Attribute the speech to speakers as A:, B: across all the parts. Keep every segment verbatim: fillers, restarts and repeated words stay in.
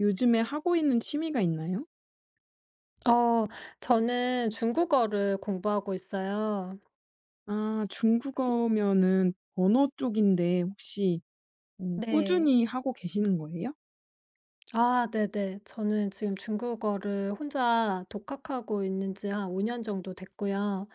A: 요즘에 하고 있는 취미가 있나요?
B: 어 저는 중국어를 공부하고 있어요.
A: 아, 중국어면은 언어 쪽인데 혹시 어
B: 네.
A: 꾸준히 하고 계시는 거예요?
B: 아, 네네. 저는 지금 중국어를 혼자 독학하고 있는 지 한 오 년 정도 됐고요.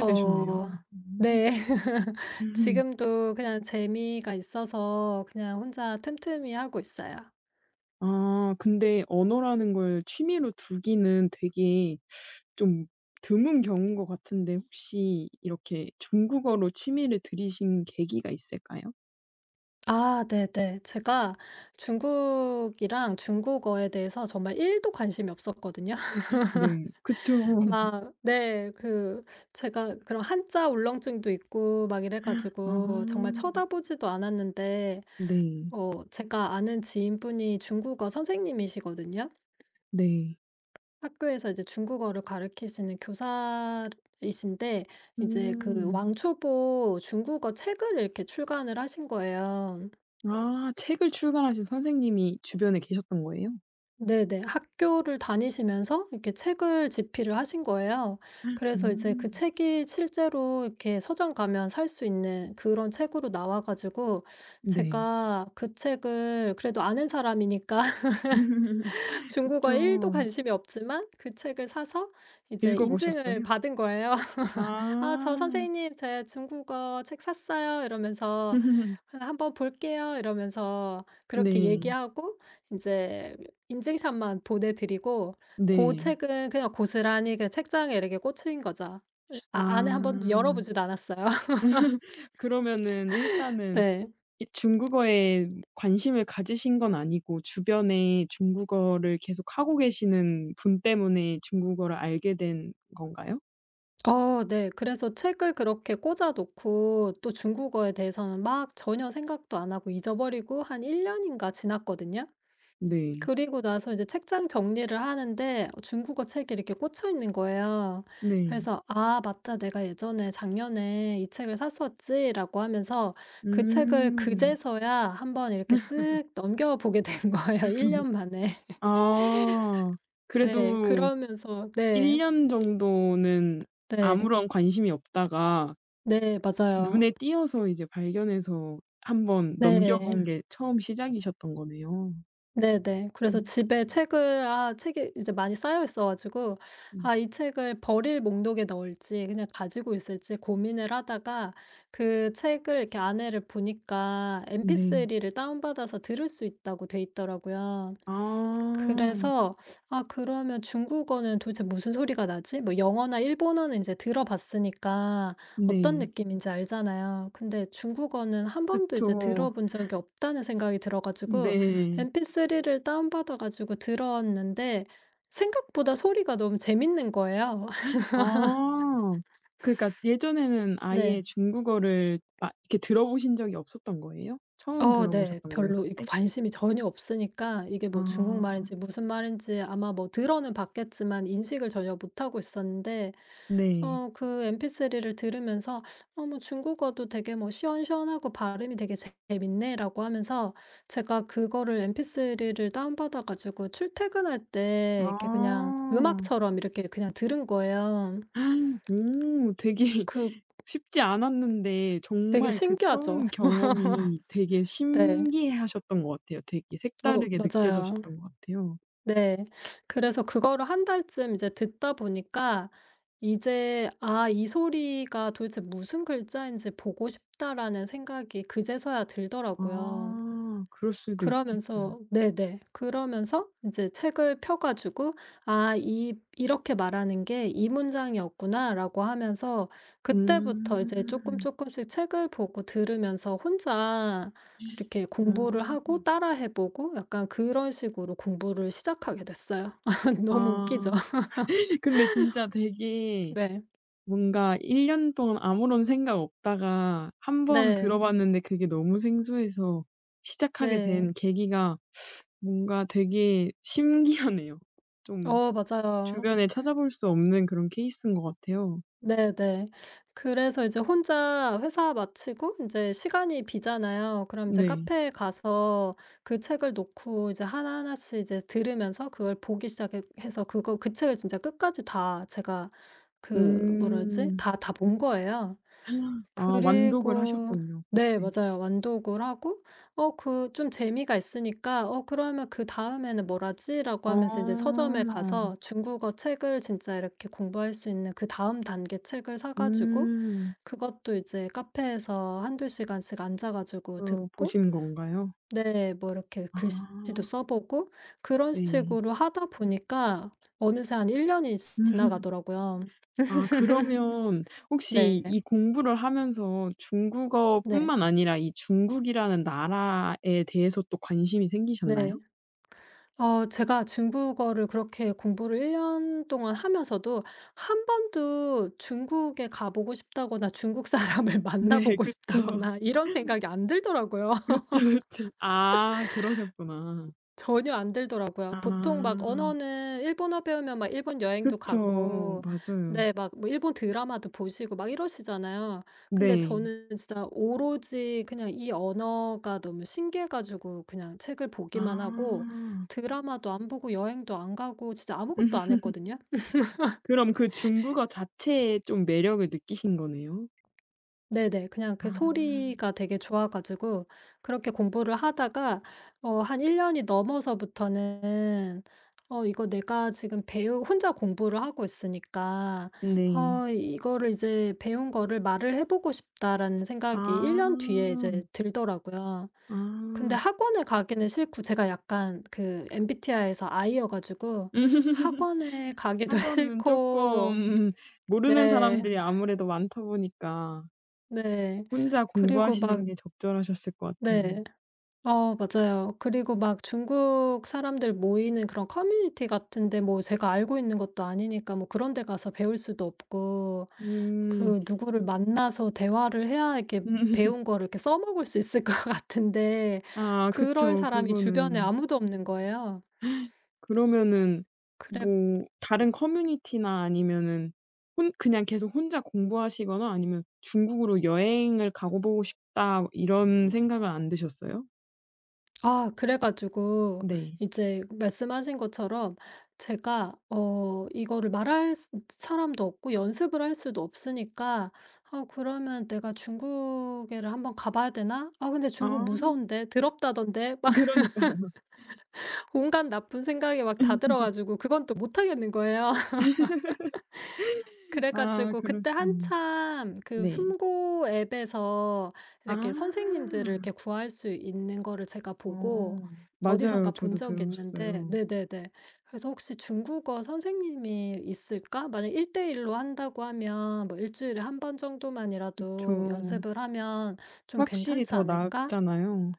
B: 어,
A: 음.
B: 네. 지금도 그냥 재미가 있어서 그냥 혼자 틈틈이 하고 있어요.
A: 아, 근데 언어라는 걸 취미로 두기는 되게 좀 드문 경우인 것 같은데, 혹시 이렇게 중국어로 취미를 들이신 계기가 있을까요?
B: 아, 네네. 제가 중국이랑 중국어에 대해서 정말 일도 관심이 없었거든요.
A: 네, 그쵸.
B: 막, 네. 그, 제가 그런 한자 울렁증도 있고 막 이래 가지고 정말
A: 아.
B: 쳐다보지도 않았는데,
A: 네.
B: 어, 제가 아는 지인분이 중국어 선생님이시거든요.
A: 네.
B: 학교에서 이제 중국어를 가르치시는 교사이신데, 이제 그
A: 음.
B: 왕초보 중국어 책을 이렇게 출간을 하신 거예요.
A: 아, 책을 출간하신 선생님이 주변에 계셨던 거예요?
B: 네네. 학교를 다니시면서 이렇게 책을 집필을 하신 거예요. 그래서 이제 그
A: 음.
B: 책이 실제로 이렇게 서점 가면 살 수 있는 그런 책으로 나와 가지고,
A: 네.
B: 제가 그 책을 그래도 아는 사람이니까 중국어에 1 도
A: 그쵸.
B: 관심이 없지만 그 책을 사서 이제
A: 읽어
B: 인증을
A: 보셨어요?
B: 받은 거예요. "아, 저
A: 아.
B: 선생님, 제 중국어 책 샀어요." 이러면서 "한번 볼게요." 이러면서 그렇게
A: 네.
B: 얘기하고 이제 인증샷만 보내 드리고, 그
A: 네.
B: 책은 그냥 고스란히 그냥 책장에 이렇게 꽂힌 거죠. 예, 아, 안에 한번 열어
A: 아.
B: 보지도 않았어요.
A: 그러면은 일단은
B: 네.
A: 이 중국어에 관심을 가지신 건 아니고, 주변에 중국어를 계속 하고 계시는 분 때문에 중국어를 알게 된 건가요?
B: 어, 네. 그래서 책을 그렇게 꽂아 놓고 또 중국어에 대해서는 막 전혀 생각도 안 하고 잊어버리고 한 일 년 년인가 지났거든요.
A: 네.
B: 그리고 나서 이제 책장 정리를 하는데 중국어 책이 이렇게 꽂혀 있는 거예요.
A: 네.
B: 그래서 '아, 맞다. 내가 예전에 작년에 이 책을 샀었지.'라고 하면서 그 책을
A: 음.
B: 그제서야 한번 이렇게 쓱 넘겨보게 된 거예요, 일 년 만에.
A: 아.
B: 네.
A: 그래도
B: 그러면서 네.
A: 일 년 정도는
B: 네.
A: 아무런 관심이 없다가
B: 네. 맞아요.
A: 눈에 띄어서 이제 발견해서 한번 넘겨
B: 네.
A: 본 게 처음 시작이셨던 거네요.
B: 네네. 그래서
A: 음.
B: 집에 책을 아, 책이 이제 많이 쌓여 있어 가지고
A: 네.
B: '아, 이 책을 버릴 목록에 넣을지 그냥 가지고 있을지.' 고민을 하다가 그 책을 이렇게 안에를 보니까
A: 네.
B: 엠피쓰리를 다운받아서 들을 수 있다고 돼 있더라고요.
A: 아.
B: 그래서 '아, 그러면 중국어는 도대체 무슨 소리가 나지?' 뭐 영어나 일본어는 인제 들어봤으니까 어떤
A: 네,
B: 느낌인지 알잖아요. 근데 중국어는 한 번도 이제
A: 그쵸.
B: 들어본 적이 없다는 생각이 들어 가지고
A: 네.
B: 엠피쓰리를 다운받아 가지고 들었는데 생각보다 소리가 너무 재밌는 거예요.
A: 아. 그러니까 예전에는
B: 네.
A: 아예 중국어를 막 이렇게 들어보신 적이 없었던 거예요? 처음
B: 어, 네.
A: 들어보셨던 거예요,
B: 별로 이거
A: 그때?
B: 관심이 전혀 없으니까 이게
A: 아.
B: 뭐 중국말인지 무슨 말인지 아마 뭐 들어는 봤겠지만 인식을 전혀 못하고 있었는데
A: 네.
B: 어, 그 엠피쓰리를 들으면서 "어, 뭐 중국어도 되게 뭐 시원시원하고 발음이 되게 재- 재밌네."라고 하면서 제가 그거를 엠피쓰리를 다운받아 가지고 출퇴근할 때 이렇게 그냥
A: 아.
B: 음악처럼 이렇게 그냥 들은 거예요.
A: 오, 되게
B: 그,
A: 쉽지 않았는데,
B: 되게
A: 정말 그
B: 신기하죠?
A: 처음 경험이 되게
B: 네.
A: 신기해하셨던 것 같아요. 되게
B: 어,
A: 색다르게
B: 맞아요.
A: 느껴졌었던 것 같아요.
B: 네. 그래서 그거를 한 달쯤 이제 듣다 보니까 이제 '아, 이 소리가 도대체 무슨 글자인지 보고 싶다.'라는 생각이 그제서야 들더라고요.
A: 아, 그럴 수도 있겠어요.
B: 그러면서 네네. 그러면서 이제 책을 펴 가지고 '아, 이 이렇게 말하는 게 이 문장이었구나.'라고 하면서 그때부터 이제 조금
A: 음.
B: 조금씩 책을 보고 들으면서 혼자 이렇게 공부를
A: 음.
B: 하고 따라해 보고 약간 그런 식으로 공부를 시작하게 됐어요. 너무 웃기죠?
A: 아. 근데 진짜 되게
B: 네.
A: 뭔가 일 년 동안 아무런 생각 없다가 한번
B: 네.
A: 들어봤는데 그게 너무 생소해서 시작하게
B: 네.
A: 된 계기가 뭔가 되게 신기하네요. 좀
B: 어, 맞아요.
A: 주변에 찾아볼 수 없는 그런 케이스인 것 같아요.
B: 네네. 그래서 이제 혼자 회사 마치고 이제 시간이 비잖아요. 그럼 이제
A: 네.
B: 카페에 가서 그 책을 놓고 이제 하나하나씩 이제 들으면서 그걸 보기 시작해 서 그거 그 책을 진짜 끝까지 다 제가 그 뭐라 지
A: 음.
B: 다 다 본 거예요.
A: 아, 완독을
B: 그리고
A: 하셨군요,
B: 네,
A: 그때.
B: 맞아요. 완독을 하고 어, 그 좀 재미가 있으니까 '어, 그러면 그다음에는 뭘 하지?'라고 하면서 이제 서점에
A: 아.
B: 가서 중국어 책을 진짜 이렇게 공부할 수 있는 그다음 단계 책을 사 가지고
A: 음.
B: 그것도 이제 카페에서 한두 시간씩 앉아 가지고
A: 그
B: 듣고
A: 보신 건가요?
B: 네, 뭐 이렇게
A: 아.
B: 글씨도 써 보고 그런
A: 네.
B: 식으로 하다 보니까 어느새 한 일 년 년이 지 지나가더라고요.
A: 아, 그러면
B: 네.
A: 혹시 이 공부를 하면서
B: 네.
A: 중국어뿐만 아니라 이 중국이라는 나라에 대해서 또 관심이 생기셨나요?
B: 네. 어, 제가 중국어를 그렇게 공부를 일 년 동안 하면서도 한 번도 중국에 가 보고 싶다거나 중국 사람을 만나
A: 네.
B: 보고
A: 그쵸.
B: 싶다거나 이런 생각이 안 들더라고요.
A: 그쵸, 그쵸. 아, 그러셨구나.
B: 전혀 안 들더라고요.
A: 아.
B: 보통 막 언어는 일본어 배우면 막 일본 여행도
A: 그쵸,
B: 가고
A: 맞아요.
B: 네, 막 뭐 일본 드라마도 보시고 막 이러시잖아요. 근데
A: 네.
B: 저는 진짜 오로지 그냥 이 언어가 너무 신기해 가지고 그냥 책을 보기만 하고
A: 아.
B: 드라마도 안 보고 여행도 안 가고 진짜 아무것도 안 했거든요.
A: 그럼 그 중국어 자체에 좀 매력을 느끼신 거네요?
B: 네네. 그냥 그
A: 아.
B: 소리가 되게 좋아 가지고 그렇게 공부를 하다가 어, 한 일 년 년이 넘어서부터는 '어, 이거 내가 지금 배우 혼자 공부를 하고 있으니까
A: 네.
B: 어, 이거를 이제 배운 거를 말을 해 보고 싶다.'라는 생각이 1
A: 아.
B: 년 뒤에 이제 들더라고요. 근데
A: 아.
B: 학원에 가기는 싫고 제가 약간 그 엠비티아이에서 I여 가지고 학원에 가기도
A: 학원은
B: 싫고
A: 쪼끔 모르는
B: 네.
A: 사람들이 아무래도 많다 보니까
B: 네.
A: 혼자
B: 그리고 막
A: 공부하시는 게 적절하셨을 것 같아요.
B: 네. 어, 맞아요. 그리고 막 중국 사람들 모이는 그런 커뮤니티 같은데 뭐 제가 알고 있는 것도 아니니까 뭐 그런 데 가서 배울 수도 없고
A: 음.
B: 그 누구를 만나서 대화를 해야 이렇게 배운 거를 이렇게 써먹을 수 있을 것 같은데
A: 아,
B: 그럴
A: 그쵸.
B: 사람이 주변에
A: 그거는.
B: 아무도 없는 거예요.
A: 그러면은
B: 그래,
A: 뭐 다른 커뮤니티나 아니면은 혼 그냥 계속 혼자 공부하시거나 아니면 '중국으로 여행을 가고 보고 싶다.' 이런 생각은 안 드셨어요?
B: 아, 그래 가지고
A: 네.
B: 이제 말씀하신 것처럼 제가 어, 이거를 말할 스 사람도 없고 연습을 할 수도 없으니까 '아, 그러면 내가 중국에를 한번 가 봐야 되나? 아, 근데 중국
A: 아.
B: 무서운데. 더럽다던데.' 막
A: 그러니까요.
B: 온갖 나쁜 생각이 막 다 들어 가지고 그건 또 못 하겠는 거예요. 그래
A: 아,
B: 가지고 그때
A: 그러시군요.
B: 한참 그
A: 네.
B: 숨고 앱에서
A: 아.
B: 이렇게 선생님들을 이렇게 구할 수 있는 거를 제가 보고
A: 어,
B: 어디선가
A: 맞아요.
B: 본
A: 저도
B: 적이 있는데
A: 들었어요.
B: 네네네. 그래서 '혹시 중국어 선생님이 있을까? 만약 일 대일로 한다고 하면 뭐 일주일에 한 번 정도만이라도
A: 그쵸.
B: 연습을 하면 좀
A: 확실히
B: 괜찮지
A: 더
B: 않을까?'
A: 낫잖아요.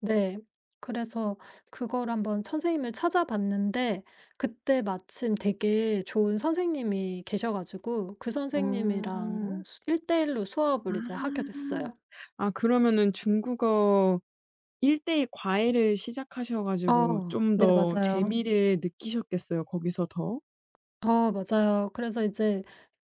B: 네. 그래서 그걸 한번 선생님을 찾아봤는데 그때 마침 되게 좋은 선생님이 계셔 가지고 그
A: 어.
B: 선생님이랑 일대일로 수업을 이제 하게
A: 아.
B: 됐어요.
A: 아, 그러면은 중국어 일 대일 과외를 시작하셔 가지고
B: 어.
A: 좀
B: 네,
A: 더
B: 맞아요.
A: 재미를 느끼셨겠어요, 거기서 더.
B: 어, 맞아요. 그래서 이제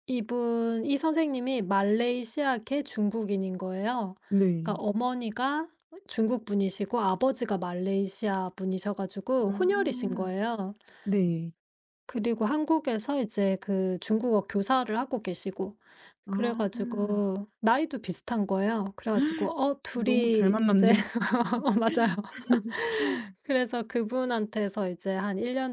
B: 이분 이 선생님이 말레이시아계 중국인인 거예요.
A: 네.
B: 그러니까 어머니가 중국 분이시고 아버지가 말레이시아 분이셔 가지고 혼혈이신
A: 아.
B: 거예요.
A: 네.
B: 그리고 한국에서 이제 그 중국어 교사를 하고 계시고 그래
A: 아.
B: 가지고 나이도 비슷한 거예요. 그래 가지고 어,
A: 너무 잘
B: 둘이 이제
A: 만났네요.
B: 어, 맞아요. 그래서 그분한테서 이제 한 일 년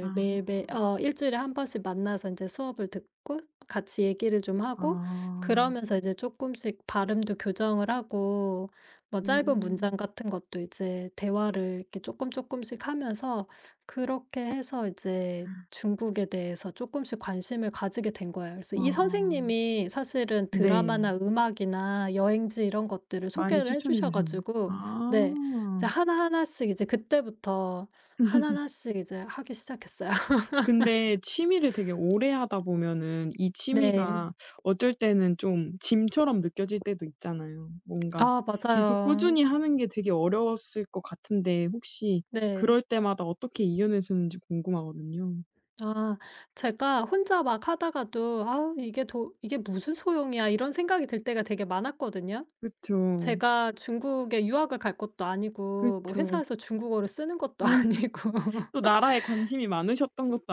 A: 아.
B: 매일매일 어, 일 주일에 한 번씩 만나서 이제 수업을 듣고 같이 얘기를 좀 하고
A: 아.
B: 그러면서 이제 조금씩 발음도 교정을 하고 뭐 짧은 문장
A: 음.
B: 같은 것도 이제 대화를 이렇게 조금 조금씩 하면서 그렇게 해서 이제 중국에 대해서 조금씩 관심을 가지게 된 거예요. 그래서
A: 아.
B: 이 선생님이 사실은
A: 네.
B: 드라마나 음악이나 여행지 이런 것들을
A: 많이
B: 소개를 해
A: 추천해
B: 주셔
A: 주셨나요?
B: 가지고
A: 아.
B: 네. 이제 하나하나씩 이제 그때부터 하나하나씩 이제 하기 시작했어요.
A: 근데 취미를 되게 오래 하다 보면은 이
B: 네.
A: 취미가, 음, 어쩔 때는 좀 짐처럼 느껴질 때도 있잖아요. 뭔가
B: 아,
A: 계속
B: 맞아요.
A: 꾸준히 하는 게 되게 어려웠을 것 같은데, 혹시
B: 네.
A: 그럴 때마다 어떻게 이겨내셨는지 궁금하거든요.
B: 아, 제가 혼자 막 하다가도 '아, 이게 도 이게 무슨 소용이야.' 이런 생각이 들 때가 되게 많았거든요.
A: 그쵸.
B: 제가 중국에 유학을 갈 것도 아니고 뭐
A: 그쵸.
B: 회사에서 중국어를 쓰는 것도
A: 음.
B: 아니고
A: 또 나라에 관심이 많으셨던 것도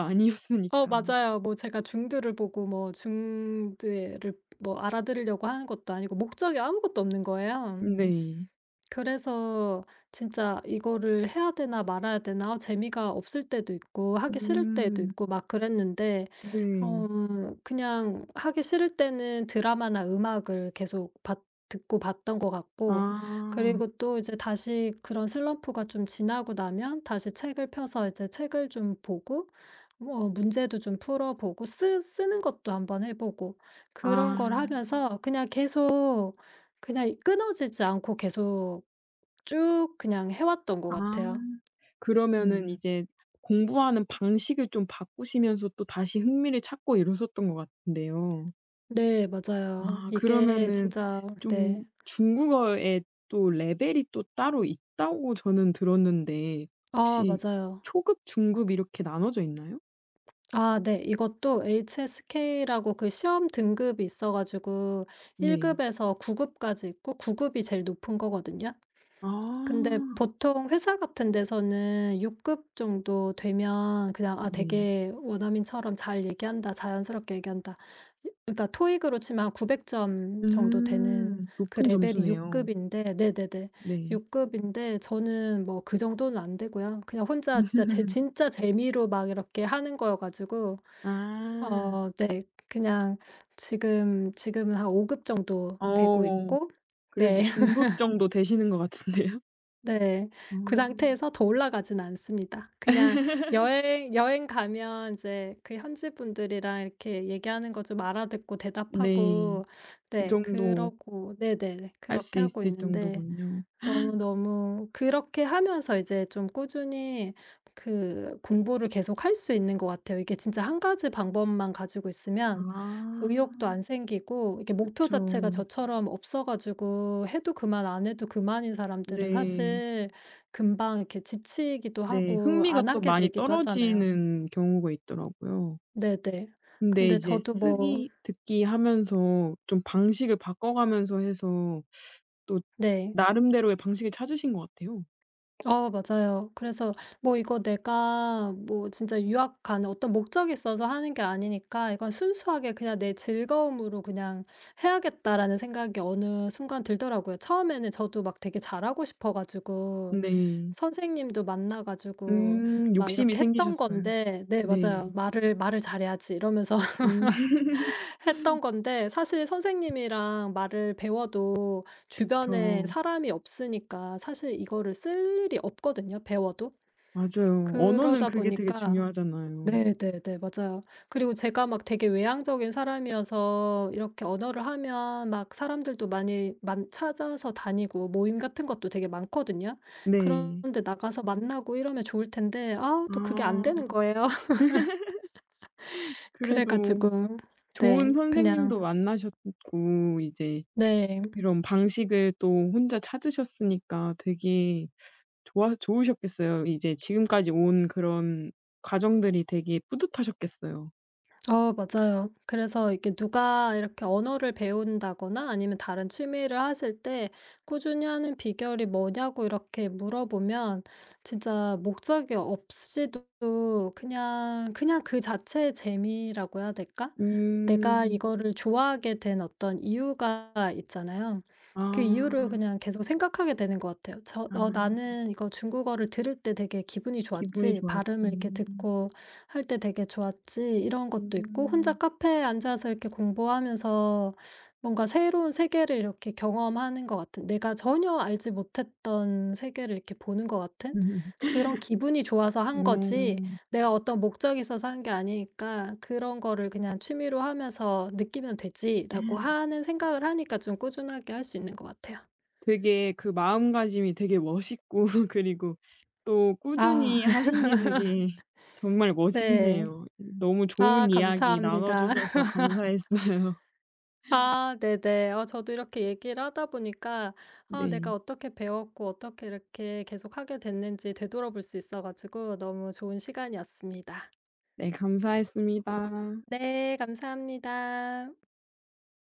B: 어,
A: 아니었으니까.
B: 맞아요. 뭐 제가 중드를 보고 뭐 중드를 뭐 알아들으려고 하는 것도 아니고 목적이 아무것도 없는 거예요.
A: 네.
B: 그래서 진짜 '이거를 해야 되나 말아야 되나.' 어, 재미가 없을 때도 있고 하기 싫을 때도
A: 음.
B: 있고 막 그랬는데
A: 네.
B: 어, 그냥 하기 싫을 때는 드라마나 음악을 계속 봤 듣고 봤던 것 같고
A: 아.
B: 그리고 또 이제 다시 그런 슬럼프가 좀 지나고 나면 다시 책을 펴서 이제 책을 좀 보고 뭐 문제도 좀 풀어 보고 쓰 쓰는 것도 한번 해 보고 그런
A: 아.
B: 걸 하면서 그냥 계속 그냥 끊어지지 않고 계속 쭉 그냥 해 왔던 것
A: 아.
B: 같아요. 음.
A: 그러면은 이제 공부하는 방식을 좀 바꾸시면서 또 다시 흥미를 찾고 이러셨던 것 같은데요.
B: 네, 맞아요.
A: 아,
B: 이게
A: 그러면은
B: 진짜
A: 좀
B: 네.
A: 중국어의 또 레벨이 또 따로 있다고 저는 들었는데,
B: 아,
A: 혹시
B: 맞아요.
A: 초급, 중급 이렇게 나눠져 있나요?
B: 아, 네. 이것도 에이치에스케이라고 그 시험 등급이 있어 가지고 일
A: 네.
B: 급에서 구 급까지 있고 구 급이 제일 높은 거거든요.
A: 아.
B: 근데 보통 회사 같은 데서는 육 급 정도 되면 그냥 '아,
A: 네.
B: 되게 원어민처럼 잘 얘기한다. 자연스럽게 얘기한다.' 이 그러니까 토익으로 치면 한 구백 점 정도
A: 음,
B: 되는 그
A: 높은
B: 레벨이 육
A: 점수네요.
B: 급인데 네네네.
A: 네.
B: 육 급인데 저는 뭐 그 정도는 안 되고요. 그냥 혼자 진짜 재 진짜 재미로 막 이렇게 하는 거여 가지고
A: 아.
B: 어, 네. 그냥 지금 지금은 한 오 급 정도 되고
A: 어.
B: 있고
A: 그래도
B: 네.
A: 중급 정도 되시는 것 같은데요.
B: 네. 그
A: 어.
B: 상태에서 더 올라가진 않습니다. 그냥 여행 여행 가면 인제 그 현지 분들이랑 이렇게 얘기하는 거 좀 알아듣고
A: 네.
B: 대답하고
A: 그
B: 네,
A: 정도
B: 그러고 네네네.
A: 할 수
B: 그렇게 하고
A: 있을
B: 있는데
A: 정도군요.
B: 너무너무 그렇게 하면서 이제 좀 꾸준히 그 공부를 계속할 수 있는 것 같아요. 이게 진짜 한 가지 방법만 가지고 있으면 의욕도
A: 아,
B: 안 생기고 이게 목표
A: 그쵸.
B: 자체가 저처럼 없어 가지고 해도 그만 안 해도 그만인 사람들은
A: 네.
B: 사실 금방 이렇게 지치기도
A: 네,
B: 하고
A: 흥미가
B: 안
A: 또
B: 하게
A: 많이
B: 되기도 하잖아요.
A: 떨어지는 경우가 있더라고요.
B: 네네.
A: 근데
B: 근데
A: 이제
B: 저도 뭐
A: 쓰기, 듣기 하면서 좀 방식을 바꿔가면서 해서 또
B: 네.
A: 나름대로의 방식을 찾으신 것 같아요.
B: 어, 맞아요. 그래서 뭐 이거 내가 뭐 진짜 유학 가는 어떤 목적이 있어서 하는 게 아니니까 이건 순수하게 그냥 '내 즐거움으로 그냥 해야겠다.'라는 생각이 어느 순간 들더라고요. 처음에는 저도 막 되게 잘하고 싶어 가지고
A: 네.
B: 선생님도 만나 가지고
A: 음,
B: 막
A: 욕심이
B: 이렇게 했던
A: 생기셨어요.
B: 건데 네,
A: 네.
B: 맞아요. '말을 말을 잘해야지.' 이러면서
A: 음.
B: 했던 건데 사실 선생님이랑 말을 배워도
A: 그쵸,
B: 주변에 사람이 없으니까 사실 이거를 쓸 일이 없거든요, 배워도.
A: 맞아요. 언어는
B: 그러다
A: 그게 되게
B: 보니까
A: 중요하잖아요.
B: 네네네. 맞아요. 그리고 제가 막 되게 외향적인 사람이어서 이렇게 언어를 하면 막 사람들도 많이 만 찾아서 다니고 모임 같은 것도 되게 많거든요.
A: 네.
B: 그런데 나가서 만나고 이러면 좋을 텐데 아, 또 그게 안 되는
A: 아,
B: 거예요. 그래
A: 그래도
B: 가지고 네.
A: 좋은
B: 그냥
A: 선생님도 만나셨고 이제
B: 네.
A: 이런 방식을 또 혼자 찾으셨으니까 되게 좋아 좋으셨겠어요. 이제 지금까지 온 그런 과정들이 되게 뿌듯하셨겠어요.
B: 어, 맞아요. 그래서 이렇게 누가 이렇게 언어를 배운다거나 아니면 다른 취미를 하실 때 꾸준히 하는 비결이 뭐냐고 이렇게 물어보면 진짜 목적이 없이도 그냥, 그냥 그 자체의 재미라고 해야 될까? 내가
A: 음.
B: 이거를 좋아하게 된 어떤 이유가 있잖아요. 그 이유를
A: 아.
B: 그냥 계속 생각하게 되는 것 같아요. 저,
A: 아.
B: 어, 나는 이거 중국어를 들을 때 되게 기분이
A: 기분이
B: 좋았지. 발음을 이렇게
A: 좋았던.
B: 듣고 할 때 되게 좋았지 이런 것도 있고 혼자
A: 음.
B: 카페에 앉아서 이렇게 공부하면서 뭔가 새로운 세계를 이렇게 경험하는 것 같은 내가 전혀 알지 못했던 세계를 이렇게 보는 것 같은 그런 기분이 좋아서
A: 어.
B: 한 거지 내가 어떤 목적이 있어서 한 게 아니니까 '그런 거를 그냥 취미로 하면서 느끼면 되지.'라고 하는 생각을 하니까 좀 꾸준하게 할 수 있는 것 같아요.
A: 되게 그 마음가짐이 되게 멋있고 그리고 또
B: 아,
A: 꾸준히 하신 게 되게 정말
B: 네.
A: 멋있네요. 너무
B: 아,
A: 좋은 이야기 나눠
B: 감사합니다.
A: 주셔서 감사했어요.
B: 아, 네네. 어, 저도 이렇게 얘기를 하다 보니까 아, 내가
A: 네.
B: 어떻게 배웠고 어떻게 이렇게 계속하게 됐는지 되돌아볼 수 있어 가지고 너무 좋은 시간이었습니다.
A: 네, 감사했습니다.
B: 네, 감사합니다.